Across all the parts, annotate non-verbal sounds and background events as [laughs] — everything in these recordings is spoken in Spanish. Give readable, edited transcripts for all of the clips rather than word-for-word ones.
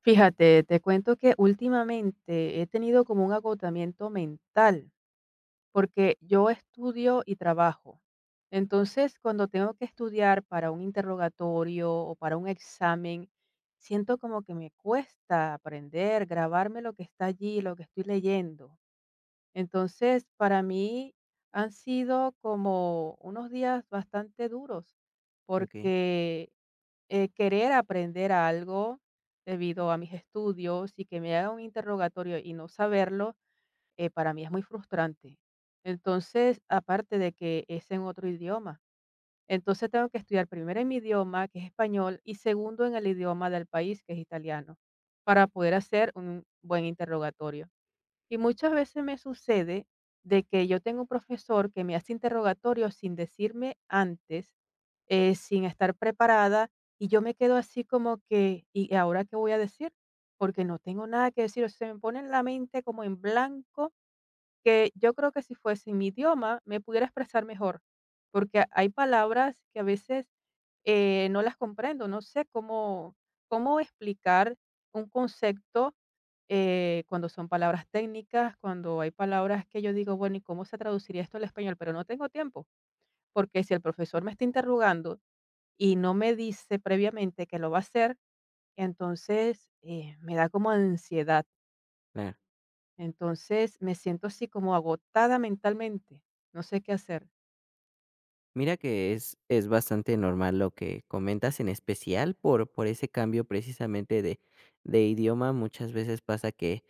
Fíjate, te cuento que últimamente he tenido como un agotamiento mental, porque yo estudio y trabajo. Entonces, cuando tengo que estudiar para un interrogatorio o para un examen, siento como que me cuesta aprender, grabarme lo que está allí, lo que estoy leyendo. Entonces, para mí han sido como unos días bastante duros, Okey, porque querer aprender algo debido a mis estudios y que me haga un interrogatorio y no saberlo, para mí es muy frustrante. Entonces, aparte de que es en otro idioma, entonces tengo que estudiar primero en mi idioma, que es español, y segundo en el idioma del país, que es italiano, para poder hacer un buen interrogatorio. Y muchas veces me sucede de que yo tengo un profesor que me hace interrogatorios sin decirme antes, sin estar preparada, y yo me quedo así como que, ¿y ahora qué voy a decir? Porque no tengo nada que decir, o sea, se me pone la mente como en blanco que yo creo que si fuese en mi idioma, me pudiera expresar mejor, porque hay palabras que a veces, no las comprendo, no sé cómo explicar un concepto, cuando son palabras técnicas, cuando hay palabras que yo digo: "Bueno, ¿y cómo se traduciría esto al español?". Pero no tengo tiempo, porque si el profesor me está interrogando y no me dice previamente que lo va a hacer, entonces, me da como ansiedad. claro. Entonces, me siento así como agotada mentalmente. No sé qué hacer. Mira que es bastante normal lo que comentas, en especial por ese cambio precisamente de idioma. Muchas veces pasa que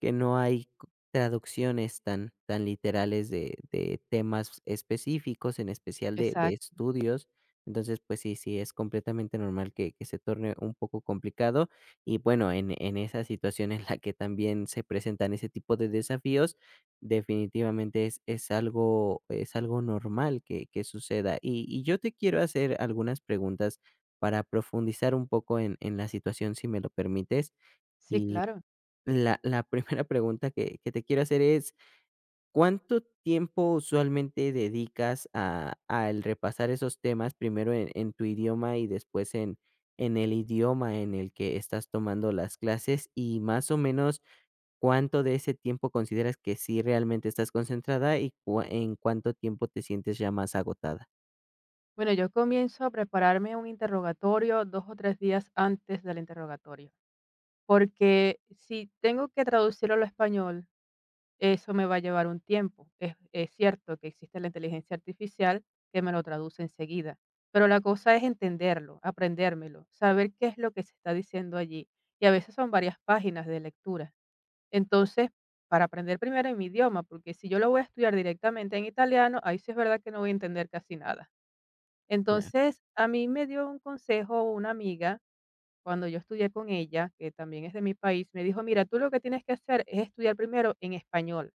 que no hay c traducciones tan literales de temas específicos, en especial de Exacto. estudios. Entonces, pues sí, sí, es completamente normal que se torne un poco complicado. Y bueno, en esa situación en la que también se presentan ese tipo de desafíos, definitivamente es algo es algo normal que suceda. Y yo te quiero hacer algunas preguntas para profundizar un poco en la situación, si me lo permites, Sí, y claro. la [laughs] primera pregunta que te quiero hacer es, ¿cuánto tiempo usualmente dedicas a al repasar esos temas primero en tu idioma y después en el idioma en el que estás tomando las clases? Y más o menos, ¿cuánto de ese tiempo consideras que sí realmente estás concentrada y cua en cuánto tiempo te sientes ya más agotada? Bueno, yo comienzo a prepararme un interrogatorio 2 o 3 días antes del interrogatorio, porque si tengo que traducirlo al español, eso me va a llevar un tiempo. Es cierto que existe la inteligencia artificial que me lo traduce enseguida, pero la cosa es entenderlo, aprendérmelo, saber qué es lo que se está diciendo allí. Y a veces son varias páginas de lectura. Entonces, para aprender primero en mi idioma, porque si yo lo voy a estudiar directamente en italiano, ahí sí es verdad que no voy a entender casi nada. Claro, Entonces, a mí me dio un consejo una amiga cuando yo estudié con ella, que también es de mi país, me dijo, mira, tú lo que tienes que hacer es estudiar primero en español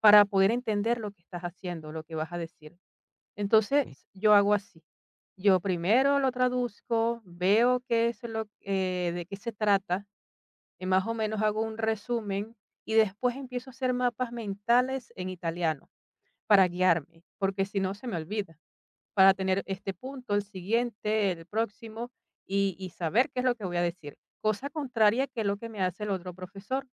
para poder entender lo que estás haciendo, lo que vas a decir. okey, Entonces, yo hago así. Yo primero lo traduzco, veo qué es lo, de qué se trata y más o menos hago un resumen y después empiezo a hacer mapas mentales en italiano para guiarme, porque si no se me olvida, para tener este punto, el siguiente, el próximo y saber qué es lo que voy a decir. Cosa contraria que lo que me hace el otro profesor,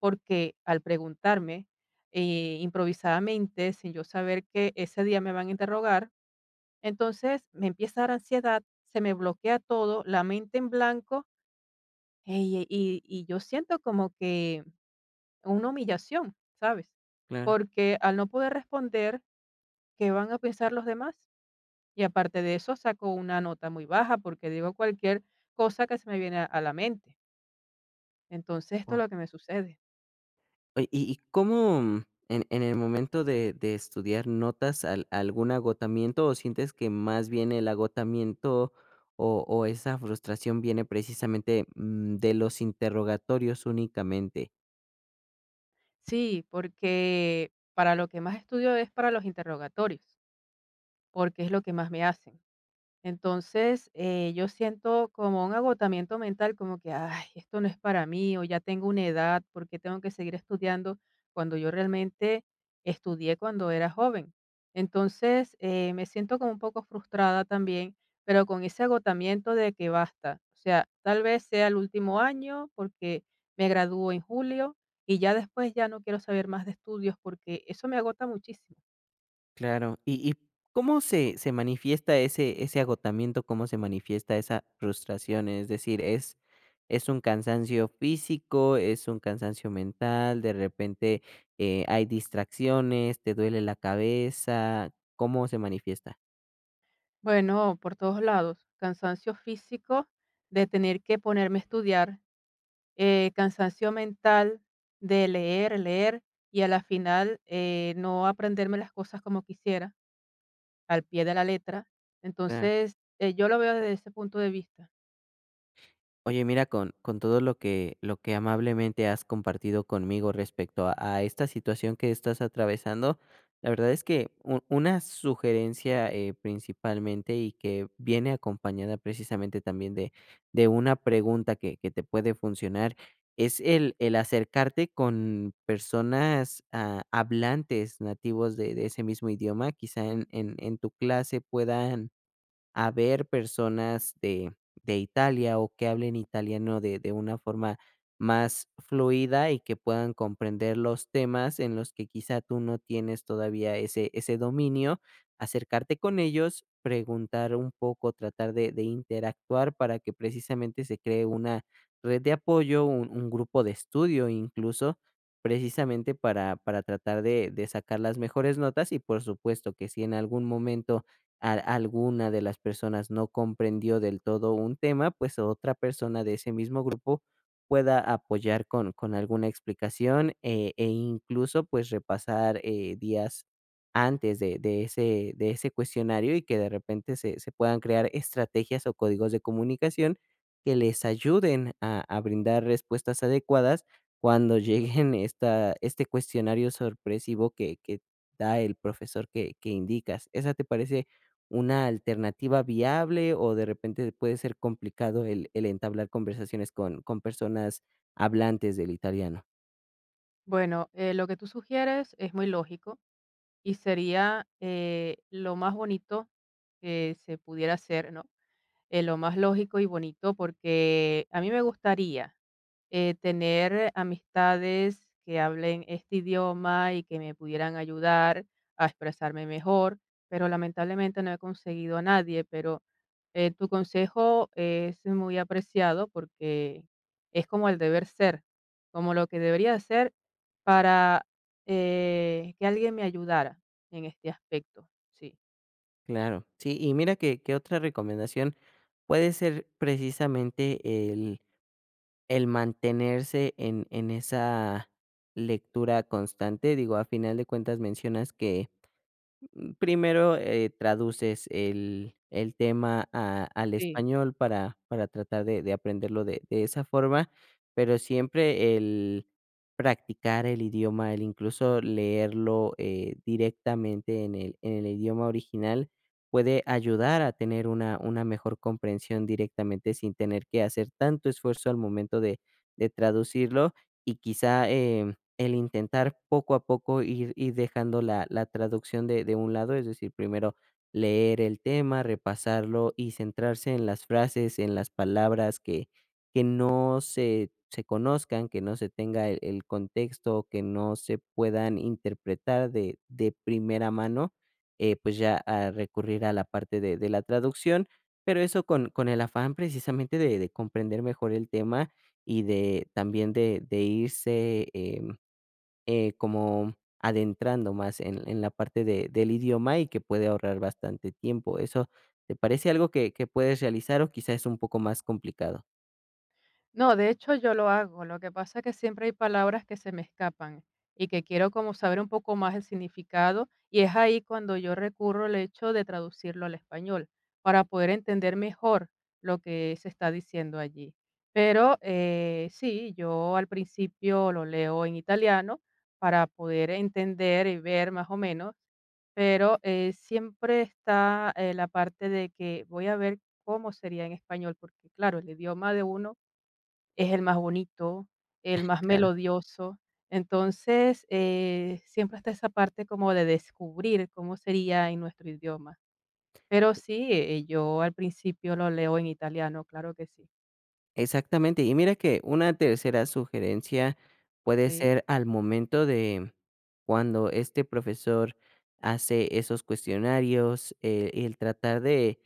porque al preguntarme improvisadamente, sin yo saber que ese día me van a interrogar, entonces me empieza a dar ansiedad, se me bloquea todo, la mente en blanco. Ey, y yo siento como que una humillación, ¿sabes? claro. Porque al no poder responder, ¿qué van a pensar los demás? Y aparte de eso, saco una nota muy baja porque digo cualquier cosa que se me viene a la mente. Entonces, esto es lo que me sucede. Oye, y cómo, en el momento de estudiar notas al algún agotamiento o sientes que más bien el agotamiento o esa frustración viene precisamente, de los interrogatorios únicamente? Sí, porque para lo que más estudio es para los interrogatorios, porque es lo que más me hacen. Entonces, yo siento como un agotamiento mental, como que, ay, esto no es para mí, o ya tengo una edad, ¿por qué tengo que seguir estudiando cuando yo realmente estudié cuando era joven? Entonces, me siento como un poco frustrada también, pero con ese agotamiento de que basta. O sea, tal vez sea el último año porque me gradúo en julio y ya después ya no quiero saber más de estudios porque eso me agota muchísimo. Claro. ¿Y cómo se manifiesta ese agotamiento? ¿Cómo se manifiesta esa frustración? Es decir, ¿es un cansancio físico, es un cansancio mental, de repente, hay distracciones, te duele la cabeza? ¿Cómo se manifiesta? Bueno, por todos lados, cansancio físico de tener que ponerme a estudiar, cansancio mental de leer, leer y a la final no aprenderme las cosas como quisiera, al pie de la letra. Entonces, yo lo veo desde ese punto de vista. Oye, mira, con todo lo que amablemente has compartido conmigo respecto a esta situación que estás atravesando, la verdad es que una sugerencia principalmente y que viene acompañada precisamente también de una pregunta que te puede funcionar es el acercarte con personas hablantes nativos de ese mismo idioma, quizá en, en tu clase puedan a ver personas de Italia o que hablen italiano de una forma más fluida y que puedan comprender los temas en los que quizá tú no tienes todavía ese, ese dominio, acercarte con ellos, preguntar un poco, tratar de interactuar para que precisamente se cree una red de apoyo, un grupo de estudio incluso, precisamente para tratar de sacar las mejores notas y por supuesto que si en algún momento a alguna de las personas no comprendió del todo un tema, pues otra persona de ese mismo grupo pueda apoyar con alguna explicación e incluso pues repasar días antes de ese cuestionario y que de repente se, se puedan crear estrategias o códigos de comunicación que les ayuden a brindar respuestas adecuadas cuando [laughs] lleguen esta, este cuestionario sorpresivo que da el profesor que indicas. ¿Esa te parece una alternativa viable o de repente puede ser complicado el entablar conversaciones con personas hablantes del italiano? Bueno, lo que tú sugieres es muy lógico y sería lo más bonito que se pudiera hacer, ¿no? Lo más lógico y bonito porque a mí me gustaría tener amistades que hablen este idioma y que me pudieran ayudar a expresarme mejor, pero lamentablemente no he conseguido a nadie, pero tu consejo es muy apreciado porque es como el deber ser, como lo que debería hacer para que alguien me ayudara en este aspecto. Sí, Claro, sí, y mira que otra recomendación puede ser precisamente el mantenerse en esa lectura constante. Digo, a final de cuentas mencionas que, mm, primero, traduces el tema a al sí. español para tratar de aprenderlo de esa forma, pero siempre el practicar el idioma, el incluso leerlo, directamente en el idioma original, puede ayudar a tener una mejor comprensión directamente sin tener que hacer tanto esfuerzo al momento de traducirlo y quizá, el intentar poco a poco ir dejando la traducción de un lado, es decir, primero leer el tema, repasarlo y centrarse en las frases, en las palabras que no se conozcan, que no se tenga el contexto, que no se puedan interpretar de primera mano, pues ya a recurrir a la parte de la traducción, pero eso con el afán precisamente de comprender mejor el tema y de también de irse, como adentrando más en la parte de del idioma y que puede ahorrar bastante tiempo. ¿Eso te parece algo que puedes realizar o quizá es un poco más complicado? No, de hecho yo lo hago, lo que pasa es que siempre hay palabras que se me escapan y que quiero como saber un poco más el significado y es ahí cuando yo recurro al hecho de traducirlo al español para poder entender mejor lo que se está diciendo allí. Pero sí, yo al principio lo leo en italiano para poder entender y ver más o menos, pero siempre está la parte de que voy a ver cómo sería en español, porque claro, el idioma de uno es el más bonito, el más Claro. melodioso. Entonces, siempre está esa parte como de descubrir cómo sería en nuestro idioma. Pero sí, yo al principio lo leo en italiano, claro que sí, Exactamente. Y mira que una tercera sugerencia puede sí. ser al momento de cuando este profesor hace esos cuestionarios, el tratar de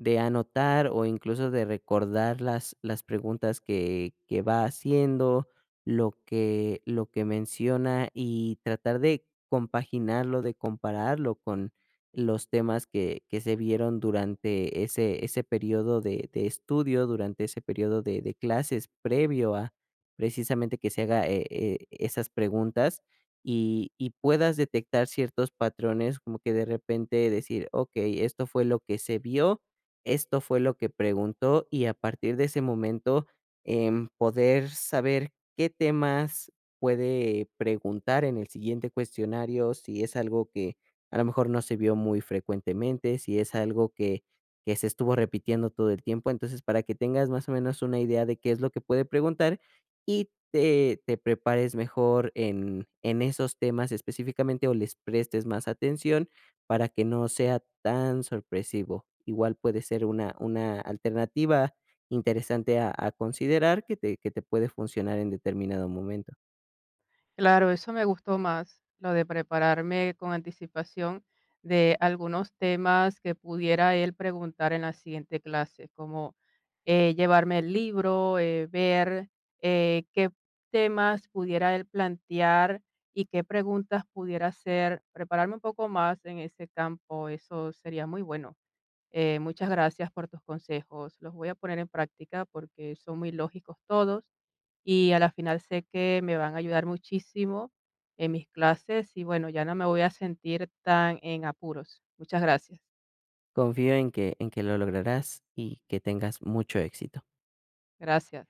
De anotar o incluso de recordar las preguntas que va haciendo, lo que menciona y tratar de compaginarlo, de compararlo con los temas que se vieron durante ese ese periodo de estudio, durante ese periodo de clases previo a precisamente que se haga, esas preguntas y puedas detectar ciertos patrones, como que de repente decir: "Okey, esto fue lo que se vio, esto fue lo que preguntó", y a partir de ese momento, em, poder saber qué temas puede preguntar en el siguiente cuestionario, si es algo que a lo mejor no se vio muy frecuentemente, si es algo que se estuvo repitiendo todo el tiempo. Entonces, para que tengas más o menos una idea de qué es lo que puede preguntar y te prepares mejor en esos temas específicamente o les prestes más atención para que no sea tan sorpresivo. Igual puede ser una alternativa interesante a considerar que te puede funcionar en determinado momento. Claro, eso me gustó más, lo de prepararme con anticipación de algunos temas que pudiera él preguntar en la siguiente clase, como llevarme el libro, ver qué temas pudiera él plantear y qué preguntas pudiera hacer, prepararme un poco más en ese campo, eso sería muy bueno. Muchas gracias por tus consejos, los voy a poner en práctica porque son muy lógicos todos y a la final sé que me van a ayudar muchísimo en mis clases y bueno, ya no me voy a sentir tan en apuros. Muchas gracias. Confío en que lo lograrás y que tengas mucho éxito. Gracias.